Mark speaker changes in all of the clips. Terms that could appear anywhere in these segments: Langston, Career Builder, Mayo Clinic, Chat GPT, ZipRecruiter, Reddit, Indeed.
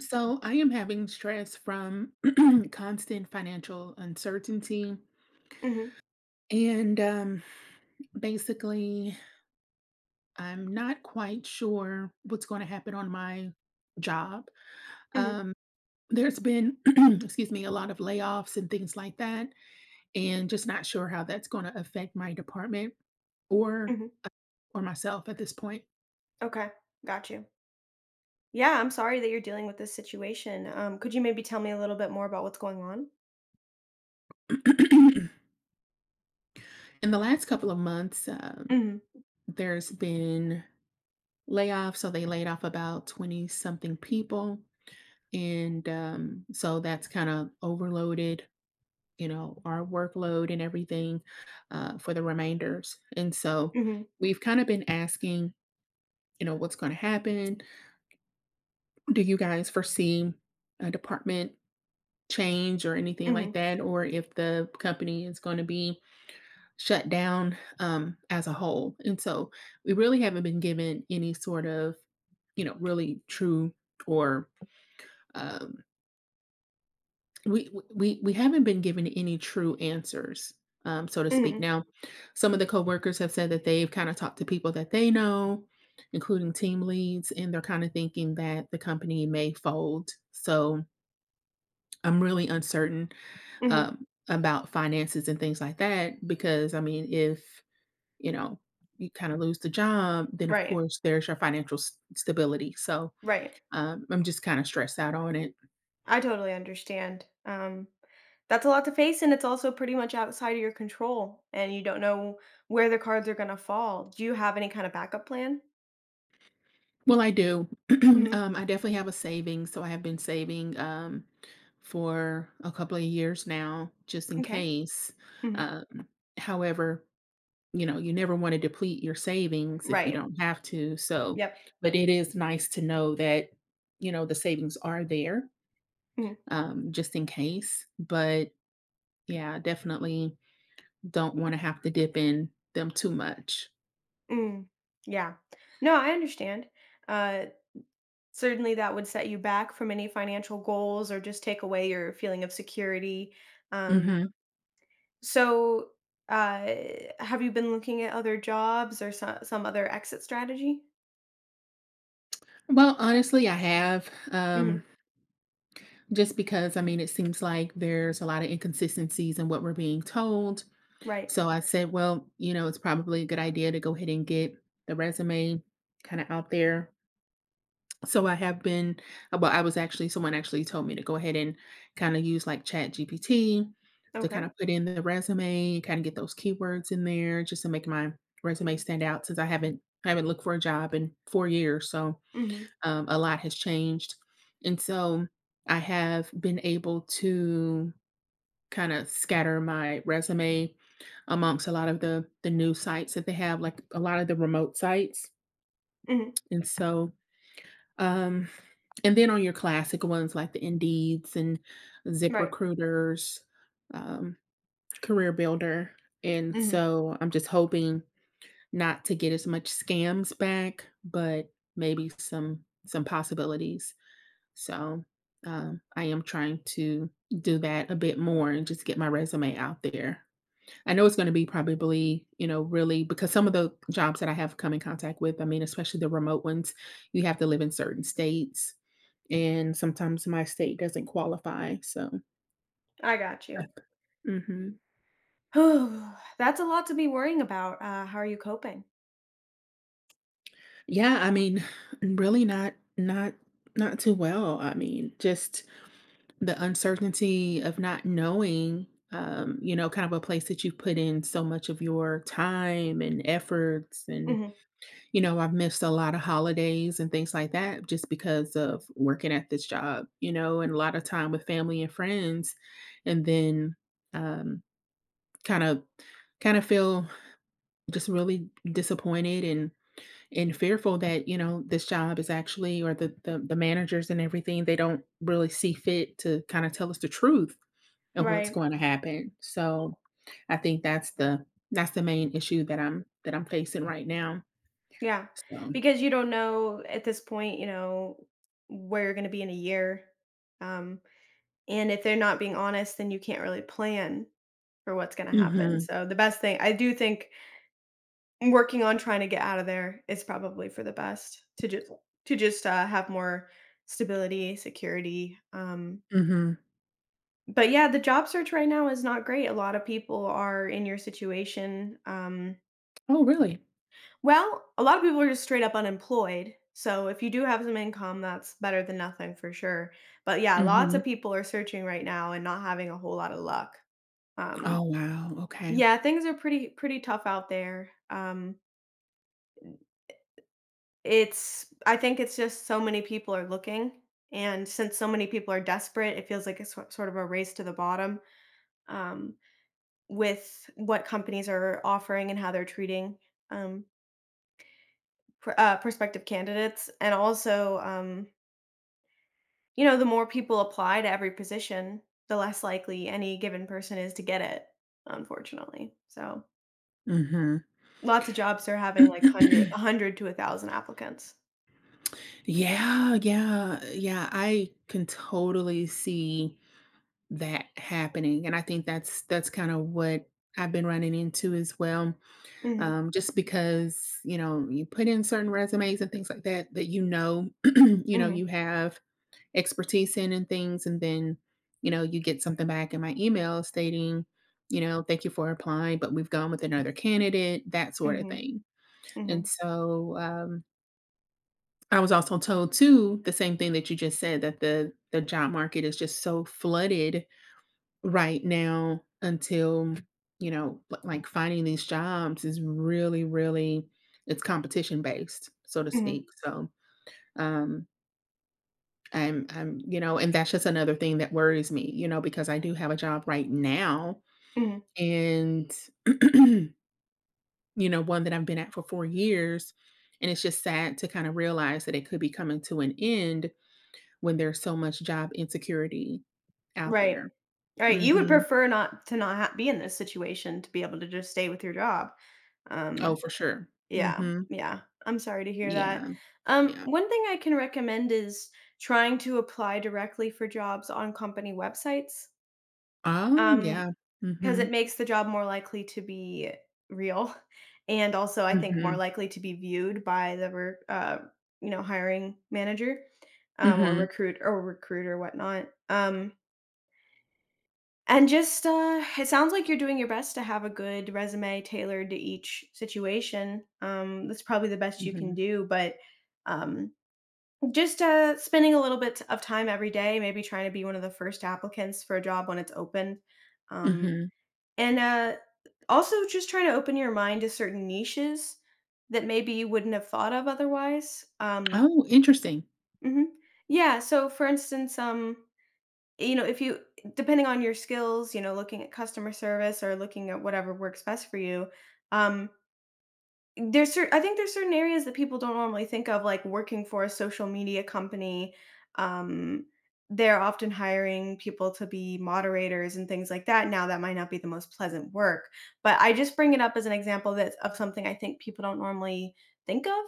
Speaker 1: So I am having stress from constant financial uncertainty.
Speaker 2: Mhm,
Speaker 1: And basically, I'm not quite sure what's going to happen on my job.
Speaker 2: mhm,
Speaker 1: Um, there's been, excuse me, a lot of layoffs and things like that, and just not sure how that's going to affect my department, or
Speaker 2: mhm.
Speaker 1: or myself at this point.
Speaker 2: Okay, got you. Yeah, I'm sorry that you're dealing with this situation. Could you maybe tell me a little bit more about what's going on?
Speaker 1: In the last couple of months,
Speaker 2: Mhm,
Speaker 1: there's been layoff. So they laid off about 20 something people. And so that's kind of overloaded, our workload and everything, for the remainders. And so
Speaker 2: mhm,
Speaker 1: we've kind of been asking, what's going to happen? Do you guys foresee a department change or anything
Speaker 2: mhm,
Speaker 1: like that? Or if the company is going to be shut down, as a whole? And so we really haven't been given any sort of, really true, or Um, we we haven't been given any true answers, so to speak.
Speaker 2: mhm,
Speaker 1: Now, some of the coworkers have said that they've kinda talked to people that they know, including team leads, and they're kinda thinking that the company may fold. So, I'm really uncertain,
Speaker 2: mhm.
Speaker 1: about finances and things like that because, I mean, if, you know, you kinda lose the job, then of
Speaker 2: Right,
Speaker 1: course there's your financial s stability. So,
Speaker 2: right.
Speaker 1: I'm just kinda stressed out on it.
Speaker 2: I totally understand. That's a lot to face, and it's also pretty much outside of your control, and you don't know where the cards are gonna fall. Do you have any kind of backup plan?
Speaker 1: Well, I do.
Speaker 2: Mhm.
Speaker 1: I definitely have a savings, so I have been saving, for a couple of years now, just in
Speaker 2: Okay.
Speaker 1: case.
Speaker 2: Mhm.
Speaker 1: Um, However, you never want to deplete your savings if you
Speaker 2: Right.
Speaker 1: don't have to. So,
Speaker 2: Yep.
Speaker 1: but it is nice to know that, the savings are there,
Speaker 2: Mhm.
Speaker 1: just in case. But yeah, definitely don't want to have to dip in them too much.
Speaker 2: Mm. Yeah. No, I understand. Uh, Certainly, that would set you back from any financial goals or just take away your feeling of security. Um,
Speaker 1: Hmm.
Speaker 2: so, uh, have you been looking at other jobs or some other exit strategy?
Speaker 1: Well, honestly, I have.
Speaker 2: Hmm.
Speaker 1: Just because, I mean, it seems like there's a lot of inconsistencies in what we're being told.
Speaker 2: Right.
Speaker 1: So I said, well, it's probably a good idea to go ahead and get the resume kind of out there. So I have been, well, I was actually, someone actually told me to go ahead and kind of use like Chat GPT to kind
Speaker 2: Okay.
Speaker 1: of put in the resume, kind of get those keywords in there just to make my resume stand out since I haven't looked for a job in 4 years. So,
Speaker 2: Hmm.
Speaker 1: a lot has changed. And so I have been able to kind of scatter my resume amongst a lot of the new sites that they have, like a lot of the remote sites.
Speaker 2: Hmm.
Speaker 1: And so, um and then on your classic ones like the Indeeds and
Speaker 2: Right.
Speaker 1: ZipRecruiters, um, Career Builder. And
Speaker 2: Hmm.
Speaker 1: so I'm just hoping not to get as much scams back, but maybe some possibilities. So, I am trying to do that a bit more and just get my resume out there. I know it's gonna be probably, really, because some of the jobs that I have come in contact with, I mean, especially the remote ones, you have to live in certain states, and sometimes my state doesn't qualify, so.
Speaker 2: I got you.
Speaker 1: Mhm.
Speaker 2: Oh, that's a lot to be worrying about. How are you coping?
Speaker 1: Yeah, I mean, really not too well. I mean, just the uncertainty of not knowing, kind of a place that you put in so much of your time and efforts. And,
Speaker 2: Hmm.
Speaker 1: I've missed a lot of holidays and things like that just because of working at this job, and a lot of time with family and friends. And then, um, kind of, kind of feel just really disappointed and fearful that, this job is actually, or the managers and everything, they don't really see fit to kind of tell us the truth of what's
Speaker 2: Right.
Speaker 1: going to happen. So I think that's the main issue that I'm facing right now.
Speaker 2: Yeah.
Speaker 1: So.
Speaker 2: Because you don't know at this point, where you're going to be in a year. Um, And if they're not being honest, then you can't really plan for what's gonna happen.
Speaker 1: Mhm.
Speaker 2: So the best thing I do think working on trying to get out of there is probably for the best to just to just, have more stability, security,
Speaker 1: Mhm.
Speaker 2: but yeah, the job search right now is not great. A lot of people are in your situation. Um,
Speaker 1: Oh, really?
Speaker 2: well, a lot of people are just straight up unemployed. So if you do have some income, that's better than nothing for sure. But yeah, lots
Speaker 1: Mhm.
Speaker 2: of people are searching right now and not having a whole lot of luck. Um
Speaker 1: Oh, wow. Okay.
Speaker 2: Yeah, things are pretty pretty tough out there. It's I think it's just so many people are looking, and since so many people are desperate, it feels like it's sort of a race to the bottom um, with what companies are offering and how they're treating um, prospective candidates, and also the more people apply to every position, the less likely any given person is to get it, unfortunately. So.
Speaker 1: Mhm.
Speaker 2: Lots of jobs are having, like, 100 to 1,000 applicants.
Speaker 1: Yeah, yeah, yeah. I can totally see that happening. And I think that's kind of what I've been running into as well.
Speaker 2: Mhm,
Speaker 1: Just because, you put in certain resumes and things like that that
Speaker 2: mhm,
Speaker 1: you have expertise in and things, and then you get something back in my email stating, thank you for applying, but we've gone with another candidate, that sort of
Speaker 2: mhm,
Speaker 1: thing. And
Speaker 2: mhm,
Speaker 1: so, I was also told too the same thing that you just said, that the job market is just so flooded right now, until, like, finding these jobs is really, really, it's competition based, so to
Speaker 2: mhm,
Speaker 1: speak. So, um and that's just another thing that worries me, because I do have a job right now,
Speaker 2: mhm,
Speaker 1: and one that I've been at for 4 years, and it's just sad to kind of realize that it could be coming to an end when there's so much job insecurity out
Speaker 2: right.
Speaker 1: there.
Speaker 2: Right, you would
Speaker 1: Mhm.
Speaker 2: prefer not to not ha be in this situation to be able to just stay with your job,
Speaker 1: Oh,
Speaker 2: um
Speaker 1: for sure.
Speaker 2: Yeah,
Speaker 1: Mhm.
Speaker 2: yeah. I'm sorry to hear that.
Speaker 1: Yeah, yeah.
Speaker 2: One thing I can recommend is trying to apply directly for jobs on company websites,
Speaker 1: Oh,
Speaker 2: um,
Speaker 1: yeah.
Speaker 2: because it
Speaker 1: Mhm.
Speaker 2: makes the job more likely to be real, and also I think more
Speaker 1: Mhm.
Speaker 2: likely to be viewed by the hiring manager, or
Speaker 1: Mhm.
Speaker 2: recruiter whatnot. And just, it sounds like you're doing your best to have a good resume tailored to each situation. That's probably the best you can
Speaker 1: Mhm.
Speaker 2: do, but um, just spending a little bit of time every day, maybe trying to be one of the first applicants for a job when it's open. Um,
Speaker 1: Mhm.
Speaker 2: and also just try to open your mind to certain niches that maybe you wouldn't have thought of otherwise.
Speaker 1: Oh, interesting.
Speaker 2: Mhm. Yeah, so for instance, if you depending on your skills, looking at customer service or looking at whatever works best for you, um, I think there's certain areas that people don't normally think of, like working for a social media company. Um, they're often hiring people to be moderators and things like that. Now, that might not be the most pleasant work, but I just bring it up as an example that's of something I think people don't normally think of.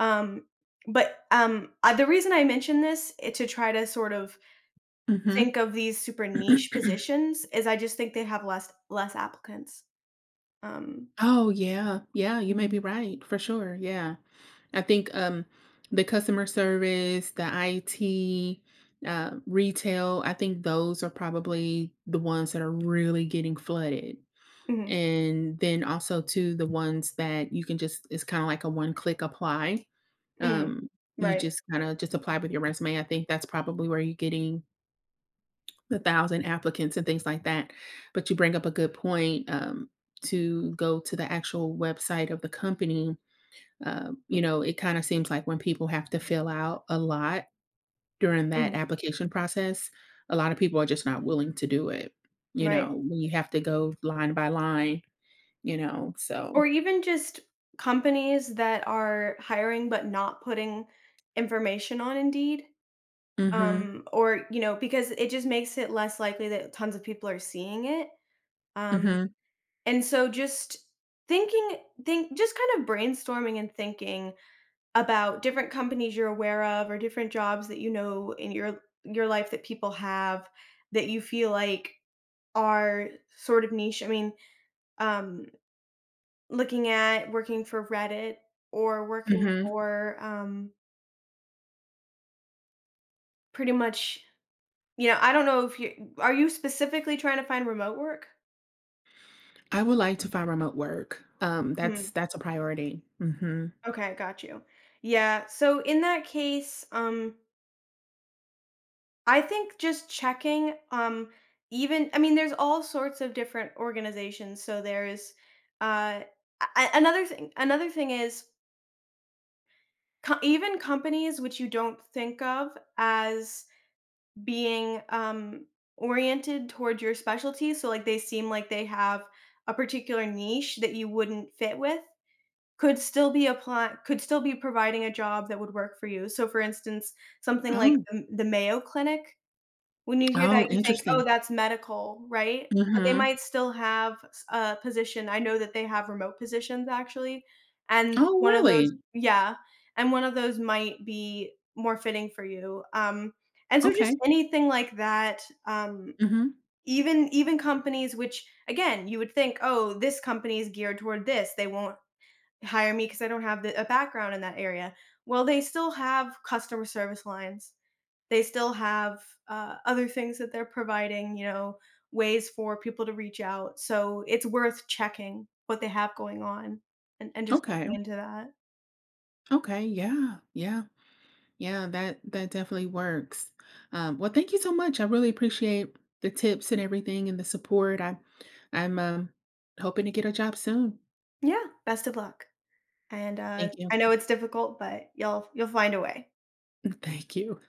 Speaker 2: Um, but the reason I mention this is to try to sort of
Speaker 1: Mhm.
Speaker 2: think of these super niche positions is I just think they have less applicants. Um,
Speaker 1: Oh, yeah. Yeah, you may be
Speaker 2: mhm,
Speaker 1: right, for sure, yeah. I think, the customer service, the IT, retail, I think those are probably the ones that are really getting flooded.
Speaker 2: mhm,
Speaker 1: And then also too, the ones that you can just, it's kinda like a one click apply.
Speaker 2: mhm,
Speaker 1: Um, you
Speaker 2: right,
Speaker 1: just kinda just apply with your resume. I think that's probably where you're getting the 1,000 applicants and things like that. But you bring up a good point, to go to the actual website of the company. It kinda seems like when people have to fill out a lot during that
Speaker 2: mhm,
Speaker 1: application process, a lot of people are just not willing to do it,
Speaker 2: right.
Speaker 1: when you have to go line by line, so.
Speaker 2: Or even just companies that are hiring but not putting information on Indeed.
Speaker 1: Mhm,
Speaker 2: Or because it just makes it less likely that tons of people are seeing it. Um,
Speaker 1: mhm,
Speaker 2: and so just thinking think just kind of brainstorming and thinking about different companies you're aware of or different jobs that you know in your life that people have that you feel like are sort of niche? I mean, um, looking at working for Reddit or working
Speaker 1: mhm.
Speaker 2: for pretty much, I don't know if you are you specifically trying to find remote work?
Speaker 1: I would like to find remote work. Um, that's
Speaker 2: Mm,
Speaker 1: that's a priority. Mhm.
Speaker 2: okay, got you. Yeah. So in that case, I think just checking, even I mean, there's all sorts of different organizations. So there's uh, another thing. Another thing is even companies which you don't think of as being oriented toward your specialty. So like they seem like they have a particular niche that you wouldn't fit with could still be apply could still be providing a job that would work for you. So for instance, something like
Speaker 1: Oh.
Speaker 2: the Mayo Clinic when you hear
Speaker 1: Oh,
Speaker 2: that, you think, "Oh,
Speaker 1: interesting.
Speaker 2: that's medical," right? But they
Speaker 1: Mhm.
Speaker 2: might still have s a position. I know that they have remote positions actually, and
Speaker 1: Oh,
Speaker 2: one of those
Speaker 1: really?
Speaker 2: yeah, and one of those might be more fitting for you. And so
Speaker 1: Okay.
Speaker 2: just anything like that,
Speaker 1: Mhm.
Speaker 2: even companies which, again, you would think, "Oh, this company is geared toward this. They won't hire me because I don't have the a background in that area." Well, they still have customer service lines, they still have other things that they're providing, ways for people to reach out. So it's worth checking what they have going on, and just
Speaker 1: Okay.
Speaker 2: looking into that.
Speaker 1: Okay. Yeah. Yeah. Yeah, that definitely works. Well, thank you so much. I really appreciate the tips and everything and the support. I'm hoping to get a job soon.
Speaker 2: Yeah, best of luck. And
Speaker 1: Thank you.
Speaker 2: I know it's difficult, but you'll find a way.
Speaker 1: Thank you.